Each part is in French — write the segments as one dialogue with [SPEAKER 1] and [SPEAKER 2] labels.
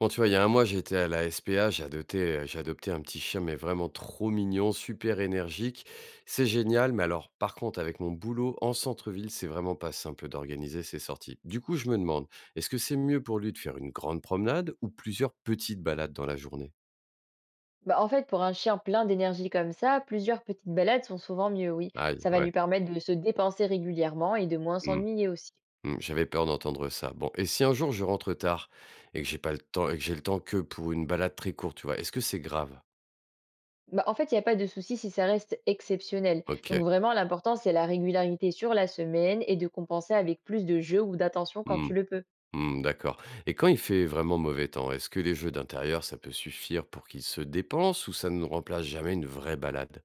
[SPEAKER 1] Bon, tu vois, il y a un mois, j'étais à la SPA, j'ai adopté un petit chien, mais vraiment trop mignon, super énergique. C'est génial, mais alors, par contre, avec mon boulot en centre-ville, c'est vraiment pas simple d'organiser ses sorties. Du coup, je me demande, est-ce que c'est mieux pour lui de faire une grande promenade ou plusieurs petites balades dans la journée?
[SPEAKER 2] Bah, en fait, pour un chien plein d'énergie comme ça, plusieurs petites balades sont souvent mieux, oui.
[SPEAKER 1] Aïe,
[SPEAKER 2] Ça va
[SPEAKER 1] ouais,
[SPEAKER 2] lui permettre de se dépenser régulièrement et de moins
[SPEAKER 1] mmh,
[SPEAKER 2] s'ennuyer aussi.
[SPEAKER 1] mmh, j'avais peur d'entendre ça. Bon, et si un jour je rentre tard et que j'ai pas le temps et que j'ai le temps que pour une balade très courte, tu vois, est-ce que c'est grave?
[SPEAKER 2] Bah, en fait, il n'y a pas de souci si ça reste exceptionnel. Donc
[SPEAKER 1] OK,
[SPEAKER 2] vraiment, l'important, c'est la régularité sur la semaine et de compenser avec plus de jeux ou d'attention quand
[SPEAKER 1] mmh.
[SPEAKER 2] tu le peux.
[SPEAKER 1] Mmh, d'accord. Et quand il fait vraiment mauvais temps, est-ce que les jeux d'intérieur, ça peut suffire pour qu'ils se dépensent ou ça ne remplace jamais une vraie balade?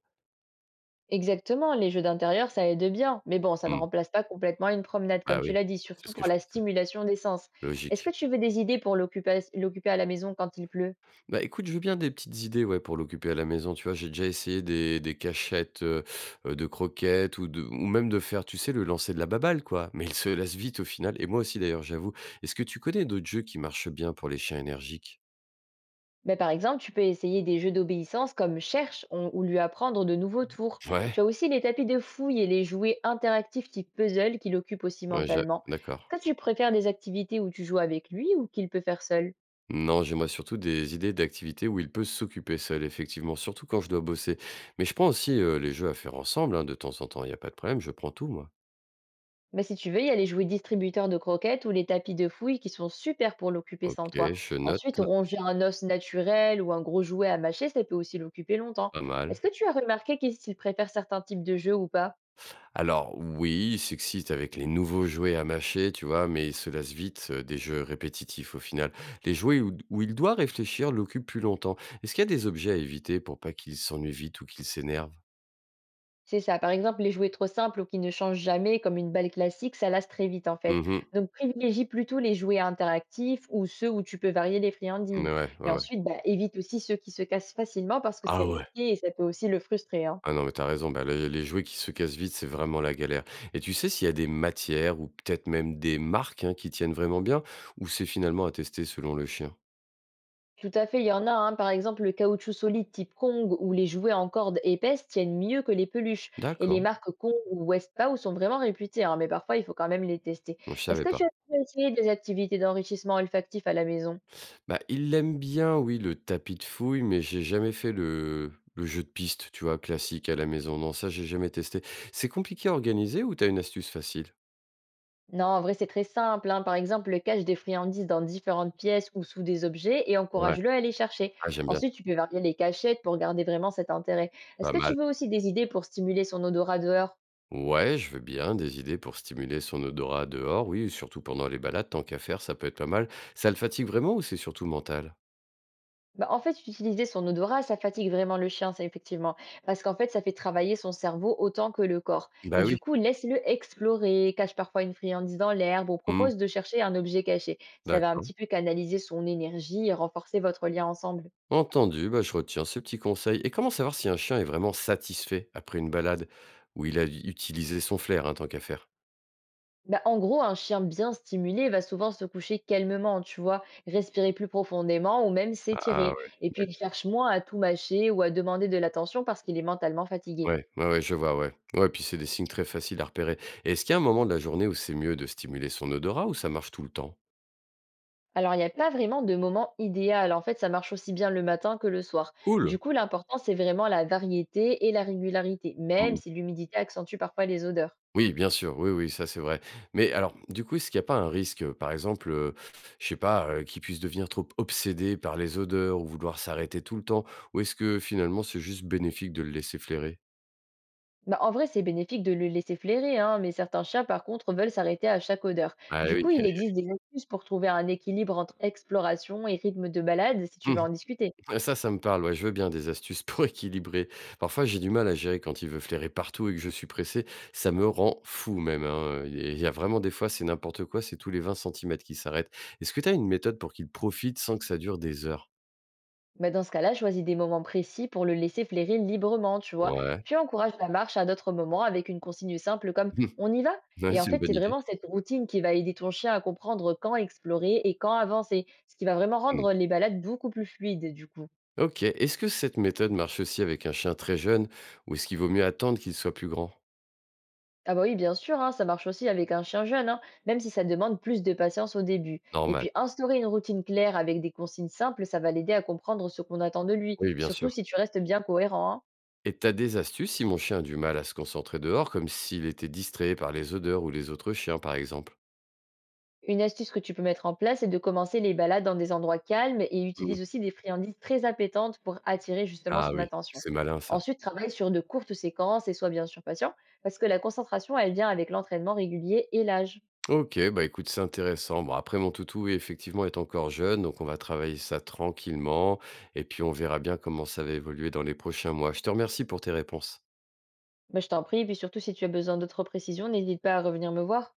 [SPEAKER 2] Exactement, les jeux d'intérieur, ça aide bien. Mais bon, ça ne
[SPEAKER 1] Mmh,
[SPEAKER 2] remplace pas complètement une promenade, comme
[SPEAKER 1] bah,
[SPEAKER 2] tu
[SPEAKER 1] oui,
[SPEAKER 2] l'as dit,
[SPEAKER 1] c'est
[SPEAKER 2] surtout
[SPEAKER 1] ce que
[SPEAKER 2] pour
[SPEAKER 1] je
[SPEAKER 2] la
[SPEAKER 1] pensais.
[SPEAKER 2] stimulation des sens. Est-ce que
[SPEAKER 1] Logique.
[SPEAKER 2] tu veux des idées pour l'occuper à la maison quand il pleut?
[SPEAKER 1] Bah, écoute, je veux bien des petites idées, ouais, pour l'occuper à la maison, tu vois? J'ai déjà essayé des cachettes, de croquettes ou même de faire, tu sais, le lancer de la baballe, quoi, mais il se lasse vite au final et moi aussi d'ailleurs, j'avoue. Est-ce que tu connais d'autres jeux qui marchent bien pour les chiens énergiques?
[SPEAKER 2] Mais par exemple, tu peux essayer des jeux d'obéissance comme ou lui apprendre de nouveaux tours. Tu
[SPEAKER 1] Ouais?
[SPEAKER 2] as aussi les tapis de fouille et les jouets interactifs type puzzle qui l'occupent aussi
[SPEAKER 1] Ouais, j'a
[SPEAKER 2] mentalement.
[SPEAKER 1] D'accord.
[SPEAKER 2] Est-ce que tu préfères des activités où tu joues avec lui ou qu'il peut faire seul?
[SPEAKER 1] Non, j'aimerais surtout des idées d'activités où il peut s'occuper seul, effectivement, surtout quand je dois bosser. Mais je prends aussi les jeux à faire ensemble, hein, de temps en temps, il n'y a pas de problème, je prends tout, moi.
[SPEAKER 2] Mais si tu veux, il y a les jouets distributeurs de croquettes ou les tapis de fouille qui sont super pour l'occuper sans
[SPEAKER 1] Ok,
[SPEAKER 2] toi.
[SPEAKER 1] je
[SPEAKER 2] Ensuite,
[SPEAKER 1] note,
[SPEAKER 2] ronger un os naturel ou un gros jouet à mâcher, ça peut aussi l'occuper longtemps.
[SPEAKER 1] pas mal.
[SPEAKER 2] Est-ce que tu as remarqué qu'il s'il préfère certains types de jeux ou pas?
[SPEAKER 1] Alors oui, il s'excite avec les nouveaux jouets à mâcher, tu vois, mais il se lasse vite des jeux répétitifs au final. Les jouets où il doit réfléchir l'occupent plus longtemps. Est-ce qu'il y a des objets à éviter pour pas qu'il s'ennuie vite ou qu'il s'énerve?
[SPEAKER 2] C'est ça. Par exemple, les jouets trop simples ou qui ne changent jamais, comme une balle classique, ça lasse très vite en fait.
[SPEAKER 1] Mhm.
[SPEAKER 2] Donc, privilégie plutôt les jouets interactifs ou ceux où tu peux varier les
[SPEAKER 1] Ouais,
[SPEAKER 2] friandises.
[SPEAKER 1] ouais,
[SPEAKER 2] Et
[SPEAKER 1] ouais.
[SPEAKER 2] ensuite, bah, évite aussi ceux qui se cassent facilement parce que c'est
[SPEAKER 1] Ah ouais.
[SPEAKER 2] risqué et ça peut aussi le frustrer, hein.
[SPEAKER 1] Ah non, mais t'as raison, bah, les jouets qui se cassent vite, c'est vraiment la galère. Et tu sais s'il y a des matières ou peut-être même des marques, hein, qui tiennent vraiment bien ou c'est finalement à tester selon le chien?
[SPEAKER 2] Tout à fait, il y en a, hein. Par exemple, le caoutchouc solide type Kong ou les jouets en corde épaisse tiennent mieux que les peluches. Et les
[SPEAKER 1] D'accord,
[SPEAKER 2] marques Kong ou Westpaw sont vraiment réputées, hein, mais parfois il faut quand même les tester.
[SPEAKER 1] moi je
[SPEAKER 2] Est-ce
[SPEAKER 1] savais
[SPEAKER 2] que
[SPEAKER 1] pas.
[SPEAKER 2] tu as déjà essayé des activités d'enrichissement olfactif à la maison?
[SPEAKER 1] Bah, il aime bien, oui, le tapis de fouille, mais j'ai jamais fait le jeu de piste, tu vois, classique à la maison. Non, ça, j'ai jamais testé. C'est compliqué à organiser ou t'as une astuce facile?
[SPEAKER 2] Non, en vrai, c'est très simple, hein. Par exemple, cache des friandises dans différentes pièces ou sous des objets et
[SPEAKER 1] Ouais,
[SPEAKER 2] encourage-le à les chercher.
[SPEAKER 1] ah j'aime bien,
[SPEAKER 2] Ensuite, tu peux varier les cachettes pour garder vraiment cet intérêt. Est-ce
[SPEAKER 1] pas
[SPEAKER 2] que tu
[SPEAKER 1] mal.
[SPEAKER 2] veux aussi des idées pour stimuler son odorat dehors?
[SPEAKER 1] Ouais, je veux bien des idées pour stimuler son odorat dehors, oui, surtout pendant les balades, tant qu'à faire, ça peut être pas mal. Ça le fatigue vraiment ou c'est surtout mental?
[SPEAKER 2] Bah, en fait, utiliser son odorat, ça fatigue vraiment le chien, ça, effectivement. Parce qu'en fait, ça fait travailler son cerveau autant que le corps. Et
[SPEAKER 1] Bah oui.
[SPEAKER 2] du coup, laisse-le explorer, cache parfois une friandise dans l'herbe ou
[SPEAKER 1] Mmh,
[SPEAKER 2] propose de chercher un objet caché. Ça va un
[SPEAKER 1] d'accord.
[SPEAKER 2] petit peu canaliser son énergie et renforcer votre lien ensemble.
[SPEAKER 1] Entendu, bah je retiens ce petit conseil. Et comment savoir si un chien est vraiment satisfait après une balade où il a utilisé son flair, hein, tant qu'à faire?
[SPEAKER 2] Bah, en gros, un chien bien stimulé va souvent se coucher calmement, tu vois, respirer plus profondément ou même
[SPEAKER 1] Ah
[SPEAKER 2] s'étirer.
[SPEAKER 1] ouais,
[SPEAKER 2] Et puis,
[SPEAKER 1] d'ac-
[SPEAKER 2] il cherche moins à tout mâcher ou à demander de l'attention parce qu'il est mentalement fatigué.
[SPEAKER 1] ouais, ouais, ouais, je vois, ouais. Ouais, puis c'est des signes très faciles à repérer. Et est-ce qu'il y a un moment de la journée où c'est mieux de stimuler son odorat ou ça marche tout le temps?
[SPEAKER 2] Alors, il n'y a pas vraiment de moment idéal. En fait, ça marche aussi bien le matin que le soir. Du
[SPEAKER 1] Cool.
[SPEAKER 2] coup, l'important, c'est vraiment la variété et la régularité, même si l'humidité accentue parfois les odeurs.
[SPEAKER 1] Oui, bien sûr, oui, oui, ça c'est vrai. Mais alors, du coup, est-ce qu'il n'y a pas un risque, par exemple, je sais pas, qu'ils puissent devenir trop obsédés par les odeurs ou vouloir s'arrêter tout le temps? Ou est-ce que finalement c'est juste bénéfique de le laisser flairer?
[SPEAKER 2] Bah, en vrai, c'est bénéfique de le laisser flairer, hein, mais certains chats, par contre, veulent s'arrêter à chaque odeur.
[SPEAKER 1] Ah
[SPEAKER 2] Du
[SPEAKER 1] oui,
[SPEAKER 2] coup, il existe des astuces pour trouver un équilibre entre exploration et rythme de balade, si tu veux en discuter.
[SPEAKER 1] ah ça, ça me parle, ouais, je veux bien des astuces pour équilibrer. Parfois, j'ai du mal à gérer quand il veut flairer partout et que je suis pressé, ça me rend fou même, hein, il y a vraiment des fois, c'est n'importe quoi, c'est tous les 20 centimètres qui s'arrêtent. Est-ce que tu as une méthode pour qu'il profite sans que ça dure des heures?
[SPEAKER 2] Bah, dans ce cas-là, choisis des moments précis pour le laisser flairer librement, tu vois.
[SPEAKER 1] Ouais,
[SPEAKER 2] Puis encourage la marche à d'autres moments avec une consigne simple comme on y va.
[SPEAKER 1] ouais,
[SPEAKER 2] Et en
[SPEAKER 1] c'est une
[SPEAKER 2] fait, c'est
[SPEAKER 1] bonne idée.
[SPEAKER 2] vraiment cette routine qui va aider ton chien à comprendre quand explorer et quand avancer, ce qui va vraiment
[SPEAKER 1] Mmh.
[SPEAKER 2] rendre les balades beaucoup plus fluides, du coup.
[SPEAKER 1] OK. Est-ce que cette méthode marche aussi avec un chien très jeune ou est-ce qu'il vaut mieux attendre qu'il soit plus grand?
[SPEAKER 2] Ah bah oui, bien sûr, hein, ça marche aussi avec un chien jeune, hein, même si ça demande plus de patience au début. Et
[SPEAKER 1] Normal.
[SPEAKER 2] puis instaurer une routine claire avec des consignes simples, ça va l'aider à comprendre ce qu'on attend de lui,
[SPEAKER 1] Oui, bien
[SPEAKER 2] surtout
[SPEAKER 1] sûr.
[SPEAKER 2] si tu restes bien cohérent, hein.
[SPEAKER 1] Et t'as des astuces si mon chien a du mal à se concentrer dehors, comme s'il était distrait par les odeurs ou les autres chiens, par exemple?
[SPEAKER 2] Une astuce que tu peux mettre en place, c'est de commencer les balades dans des endroits calmes et
[SPEAKER 1] Mmh.
[SPEAKER 2] utilise aussi des friandises très appétantes pour attirer justement
[SPEAKER 1] Ah
[SPEAKER 2] son
[SPEAKER 1] oui,
[SPEAKER 2] attention.
[SPEAKER 1] c'est malin ça.
[SPEAKER 2] Ensuite, travaille sur de courtes séquences et sois bien sûr patient, parce que la concentration, elle vient avec l'entraînement régulier et l'âge.
[SPEAKER 1] OK, bah écoute, c'est intéressant. Bon, après, mon toutou, oui, effectivement, est encore jeune, donc on va travailler ça tranquillement et puis on verra bien comment ça va évoluer dans les prochains mois. Je te remercie pour tes réponses.
[SPEAKER 2] Bah, je t'en prie, et puis surtout si tu as besoin d'autres précisions, n'hésite pas à revenir me voir.